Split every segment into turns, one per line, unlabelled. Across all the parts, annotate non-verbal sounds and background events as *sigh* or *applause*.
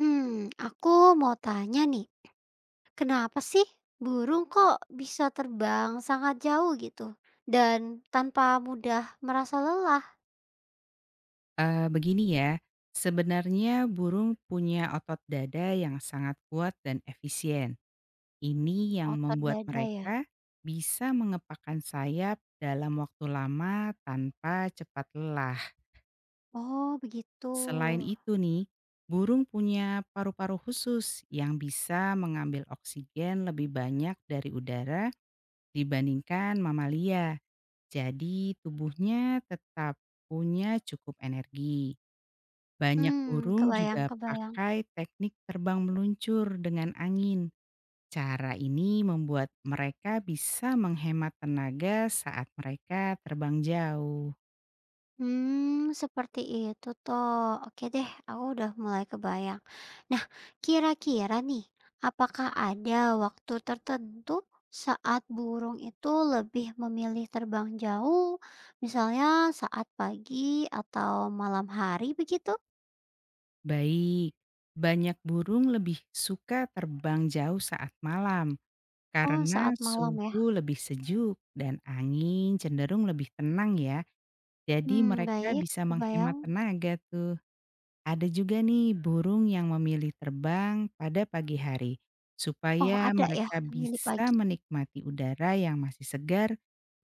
Hmm, aku mau tanya nih, kenapa sih burung kok bisa terbang sangat jauh gitu dan tanpa mudah merasa lelah
Begini ya, sebenarnya burung punya otot dada yang sangat kuat dan efisien. Ini yang
otot
membuat
dada ya?
mereka bisa mengepakkan sayap dalam waktu lama tanpa cepat lelah.
Oh, begitu.
Selain itu nih, burung punya paru-paru khusus yang bisa mengambil oksigen lebih banyak dari udara dibandingkan mamalia. Jadi tubuhnya tetap punya cukup energi. Banyak
Hmm,
burung
kebayang,
juga
kebayang.
pakai teknik terbang meluncur dengan angin. Cara ini membuat mereka bisa menghemat tenaga saat mereka terbang jauh.
Hmm, seperti itu toh. Oke deh, aku udah mulai kebayang. Nah, kira-kira nih, apakah ada waktu tertentu saat burung itu lebih memilih terbang jauh, misalnya saat pagi atau malam hari begitu?
Baik, banyak burung lebih suka terbang jauh saat malam
Oh,
karena
saat malam ya?
suhu lebih sejuk dan angin cenderung lebih tenang ya. Jadi
Hmm,
mereka
baik,
bisa menghemat
kebayang.
tenaga. Ada juga nih burung yang memilih terbang pada pagi hari
Oh,
supaya
ada ya,
mereka
memilih
bisa
pagi.
menikmati udara yang masih segar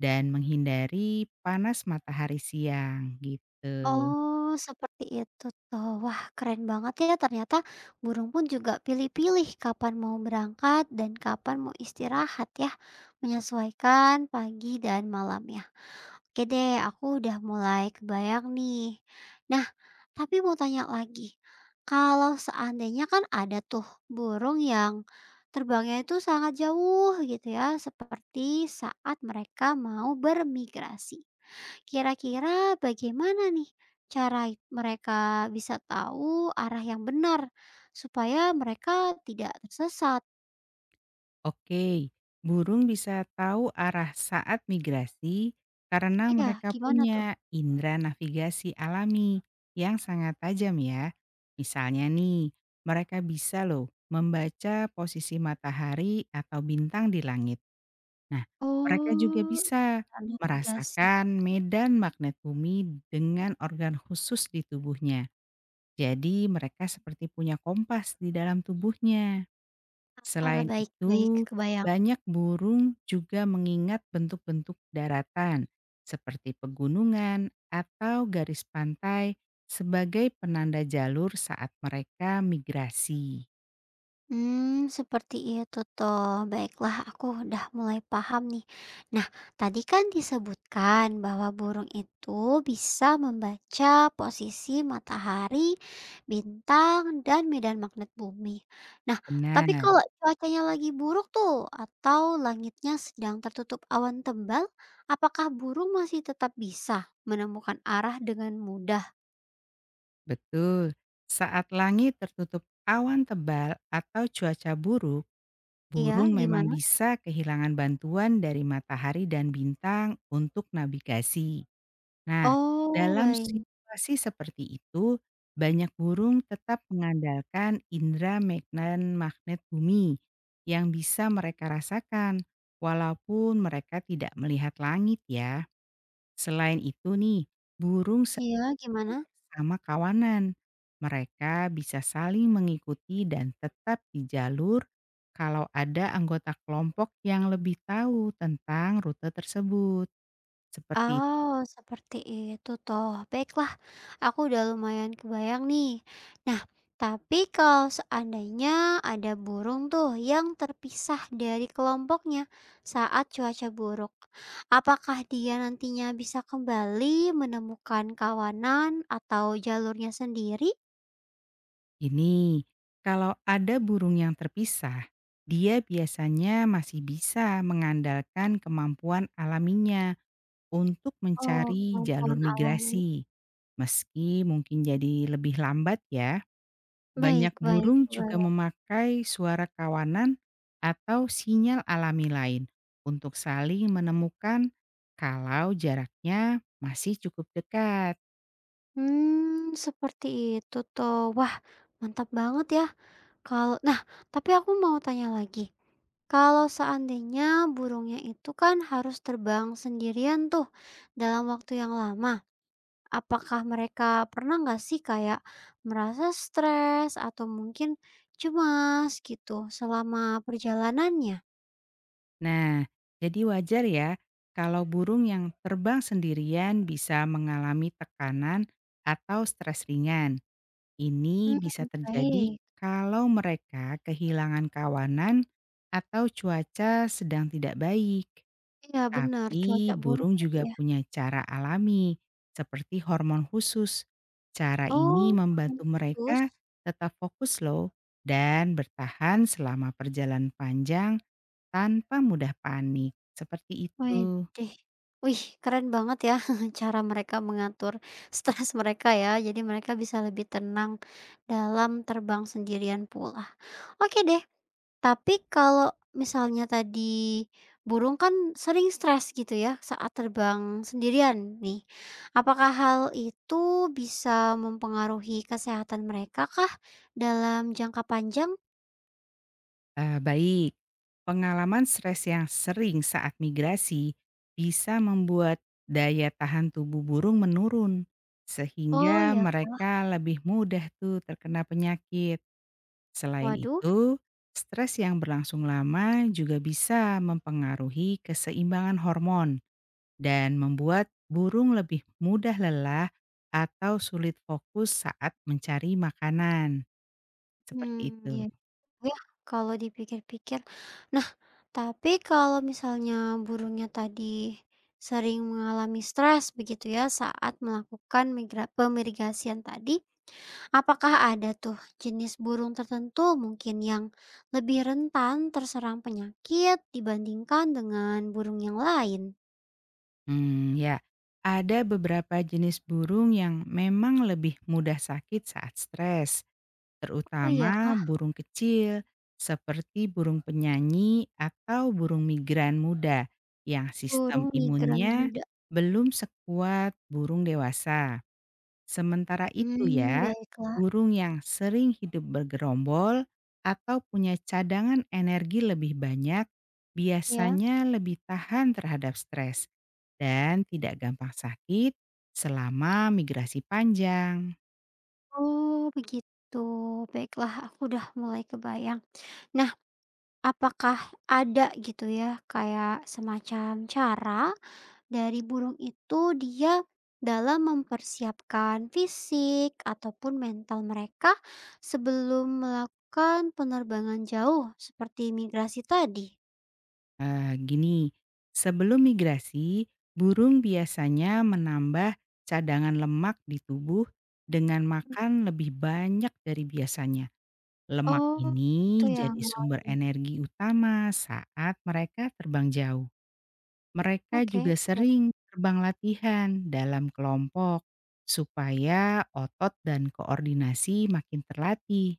dan menghindari panas matahari siang gitu.
Oh, seperti itu toh. Wah, keren banget ya ternyata burung pun juga pilih-pilih kapan mau berangkat dan kapan mau istirahat ya. Menyesuaikan pagi dan malamnya. Oke deh, aku udah mulai kebayang nih. Nah, tapi mau tanya lagi. Kalau seandainya kan ada tuh burung yang terbangnya itu sangat jauh gitu ya, seperti saat mereka mau bermigrasi. Kira-kira bagaimana nih cara mereka bisa tahu arah yang benar supaya mereka tidak tersesat?
Oke, burung bisa tahu arah saat migrasi karena
Iya,
mereka
gimana tuh?
punya indera navigasi alami yang sangat tajam ya. Misalnya nih, mereka bisa loh membaca posisi matahari atau bintang di langit. Nah, mereka juga
Oh.
bisa
Navigasi.
merasakan medan magnet bumi dengan organ khusus di tubuhnya. Jadi mereka seperti punya kompas di dalam tubuhnya.
Ah,
Selain
baik baik,
itu,
kebayang.
banyak burung juga mengingat bentuk-bentuk daratan seperti pegunungan atau garis pantai sebagai penanda jalur saat mereka migrasi.
Hmm, seperti itu toh. Baiklah, aku udah mulai paham nih. Nah, tadi kan disebutkan bahwa burung itu bisa membaca posisi matahari, bintang, dan medan magnet bumi. Nah, tapi
Benar.
kalau cuacanya lagi buruk tuh atau langitnya sedang tertutup awan tebal, apakah burung masih tetap bisa menemukan arah dengan mudah?
Betul. Saat langit tertutup awan tebal atau cuaca buruk,
Iya,
burung memang
gimana?
bisa kehilangan bantuan dari matahari dan bintang untuk navigasi. Nah,
Oh,
dalam
baik.
situasi seperti itu, banyak burung tetap mengandalkan indera magnet magnet bumi yang bisa mereka rasakan walaupun mereka tidak melihat langit ya. Selain itu nih, burung
Iya, gimana?
bersama kawanan. Mereka bisa saling mengikuti dan tetap di jalur kalau ada anggota kelompok yang lebih tahu tentang rute tersebut. Seperti
Oh, seperti itu toh. Baiklah, aku udah lumayan kebayang nih. Nah, tapi kalau seandainya ada burung tuh yang terpisah dari kelompoknya saat cuaca buruk, apakah dia nantinya bisa kembali menemukan kawanan atau jalurnya sendiri?
ini, kalau ada burung yang terpisah, dia biasanya masih bisa mengandalkan kemampuan alaminya untuk
Oh,
mencari jalur
kemampuan alami.
migrasi. Meski mungkin jadi lebih lambat ya,
Baik,
banyak
baik,
burung juga
baik.
memakai suara kawanan atau sinyal alami lain untuk saling menemukan kalau jaraknya masih cukup dekat.
Hmm, seperti itu toh. Wah, mantap banget ya. Kalau nah, tapi aku mau tanya lagi. Kalau seandainya burungnya itu kan harus terbang sendirian tuh dalam waktu yang lama, apakah mereka pernah nggak sih kayak merasa stres atau mungkin cemas gitu selama perjalanannya?
Nah, jadi wajar ya kalau burung yang terbang sendirian bisa mengalami tekanan atau stres ringan. Ini bisa
Hmm,
terjadi
baik.
kalau mereka kehilangan kawanan atau cuaca sedang tidak baik.
Iya benar, cuaca
Tapi
buruk
burung
tadi
juga
ya.
punya cara alami, seperti hormon khusus. Cara ini
Oh,
membantu
permen khusus?
mereka tetap fokus loh dan bertahan selama perjalanan panjang tanpa mudah panik. Seperti itu.
Widih. Wih, keren banget ya *laughs* cara mereka mengatur *laughs* stres mereka ya. Jadi mereka bisa lebih tenang dalam terbang sendirian pula. Oke deh. Tapi kalau misalnya tadi burung kan sering stres gitu ya saat terbang sendirian nih. Apakah hal itu bisa mempengaruhi kesehatan mereka kah dalam jangka panjang?
Eh, baik, pengalaman stres yang sering saat migrasi bisa membuat daya tahan tubuh burung menurun.
Oh
Sehingga
ya,
mereka lebih mudah tuh terkena penyakit. Selain
waduh.
itu, stres yang berlangsung lama juga bisa mempengaruhi keseimbangan hormon dan membuat burung lebih mudah lelah atau sulit fokus saat mencari makanan. Seperti
Hmm, iya
itu.
ya kalau dipikir-pikir. Tapi kalau misalnya burungnya tadi sering mengalami stres begitu ya saat melakukan migra pemirigasian tadi, apakah ada tuh jenis burung tertentu mungkin yang lebih rentan terserang penyakit dibandingkan dengan burung yang lain?
Hmm, ya. Ada beberapa jenis burung yang memang lebih mudah sakit saat stres.
Oh iya
Terutama
kah?
burung kecil seperti burung penyanyi atau burung migran muda yang sistem
Burung migran
imunnya
muda.
belum sekuat burung dewasa. Sementara itu
Hmm,
ya,
baiklah
burung yang sering hidup bergerombol atau punya cadangan energi lebih banyak
ya.
biasanya lebih tahan terhadap stres dan tidak gampang sakit selama migrasi panjang.
Oh begitu. Baiklah, aku udah mulai kebayang. Nah, apakah ada gitu ya, kayak semacam cara dari burung itu dia dalam mempersiapkan fisik ataupun mental mereka sebelum melakukan penerbangan jauh seperti migrasi tadi?
Gini, sebelum migrasi, burung biasanya menambah cadangan lemak di tubuh dengan
Mmm.
makan lebih banyak dari biasanya. Lemak
Oh, gitu
ini
ya. Mhm,
jadi sumber
ngawalnya.
energi utama saat mereka terbang jauh. Mereka
Oke,
juga
baik.
sering terbang latihan dalam kelompok supaya otot dan koordinasi makin terlatih.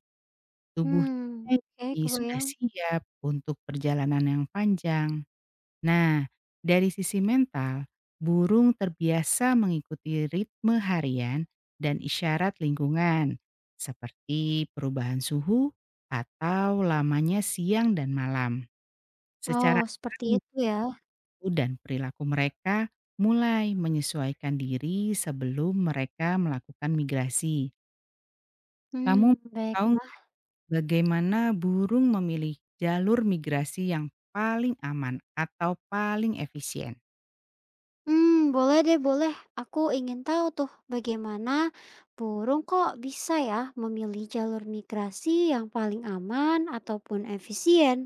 Tubuhnya
Hmm, oke,
jadi sudah
kebayang.
siap untuk perjalanan yang panjang. Nah, dari sisi mental, burung terbiasa mengikuti ritme harian dan isyarat lingkungan, seperti perubahan suhu atau lamanya siang dan malam. Secara
Oh, seperti
alami
itu ya.
dan perilaku mereka mulai menyesuaikan diri sebelum mereka melakukan migrasi. Kamu
Hmm,
mau
baik.
tahu nggak bagaimana burung memilih jalur migrasi yang paling aman atau paling efisien?
Hmm, boleh deh, boleh. Aku ingin tahu tuh bagaimana burung kok bisa ya memilih jalur migrasi yang paling aman ataupun efisien.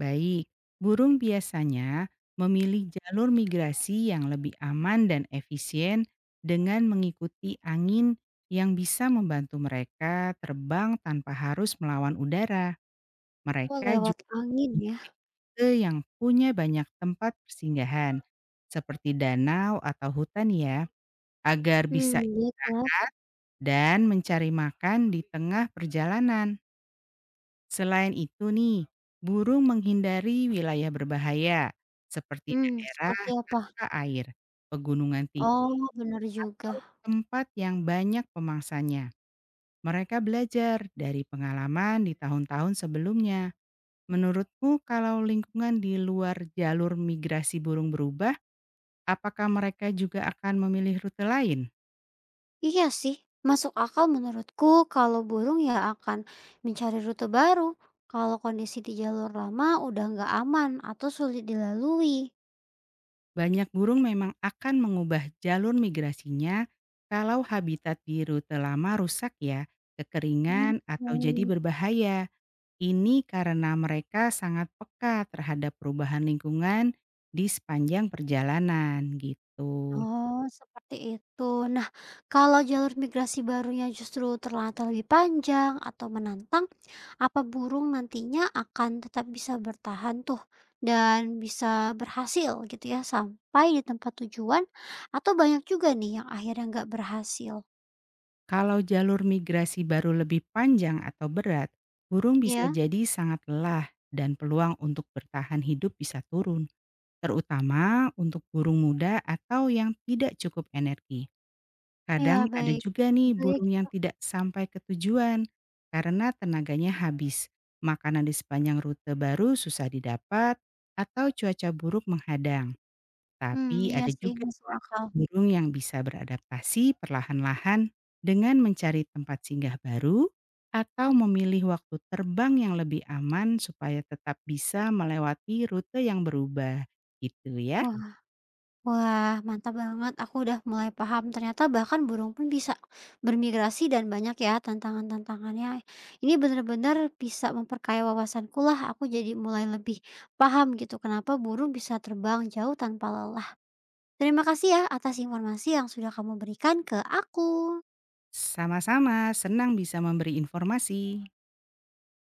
Baik, burung biasanya memilih jalur migrasi yang lebih aman dan efisien dengan mengikuti angin yang bisa membantu mereka terbang tanpa harus melawan udara.
Oh,
Mereka
lewat
juga
angin ya.
tipe yang punya banyak tempat persinggahan, seperti danau atau hutan ya, agar
Hmm,
bisa
baiklah.
dan mencari makan di tengah perjalanan. Selain itu nih, burung menghindari wilayah berbahaya, seperti
Hmm,
daerah
seperti apa?
suka air. Pegunungan Timau
Oh, benar juga.
tempat yang banyak pemangsanya. Mereka belajar dari pengalaman di tahun-tahun sebelumnya. Menurutmu kalau lingkungan di luar jalur migrasi burung berubah, apakah mereka juga akan memilih rute lain?
Iya sih, masuk akal menurutku kalau burung ya akan mencari rute baru kalau kondisi di jalur lama udah nggak aman atau sulit dilalui.
Banyak burung memang akan mengubah jalur migrasinya kalau habitat di rute lama rusak ya,
Hmm,
kekeringan atau jadi
baik.
berbahaya. Ini karena mereka sangat peka terhadap perubahan lingkungan di sepanjang perjalanan, gitu.
Oh, seperti itu. Nah, kalau jalur migrasi barunya justru ternyata lebih panjang atau menantang, apa burung nantinya akan tetap bisa bertahan tuh dan bisa berhasil gitu ya sampai di tempat tujuan atau banyak juga nih yang akhirnya nggak berhasil.
Kalau jalur migrasi baru lebih panjang atau berat, burung bisa
Ya,
jadi sangat lelah dan peluang untuk bertahan hidup bisa turun, terutama untuk burung muda atau yang tidak cukup energi.
ya
Kadang ada
baik.
juga
Bisa
nih
juga ya
burung yang
gitu.
tidak sampai ke tujuan karena tenaganya habis, makanan di sepanjang rute baru susah didapat, atau cuaca buruk menghadang.
Hmm,
Tapi
iya
ada
sih
juga
masuk akal.
burung yang bisa beradaptasi perlahan-lahan dengan mencari tempat singgah baru atau memilih waktu terbang yang lebih aman supaya tetap bisa melewati rute yang berubah. Gitu ya.
Wah, wah, mantap banget. Aku udah mulai paham. Ternyata bahkan burung pun bisa bermigrasi dan banyak ya tantangan-tantangannya. Ini benar-benar bisa memperkaya wawasanku lah. Aku jadi mulai lebih paham gitu kenapa burung bisa terbang jauh tanpa lelah. Terima kasih ya atas informasi yang sudah kamu berikan ke aku.
Sama-sama, senang bisa memberi informasi.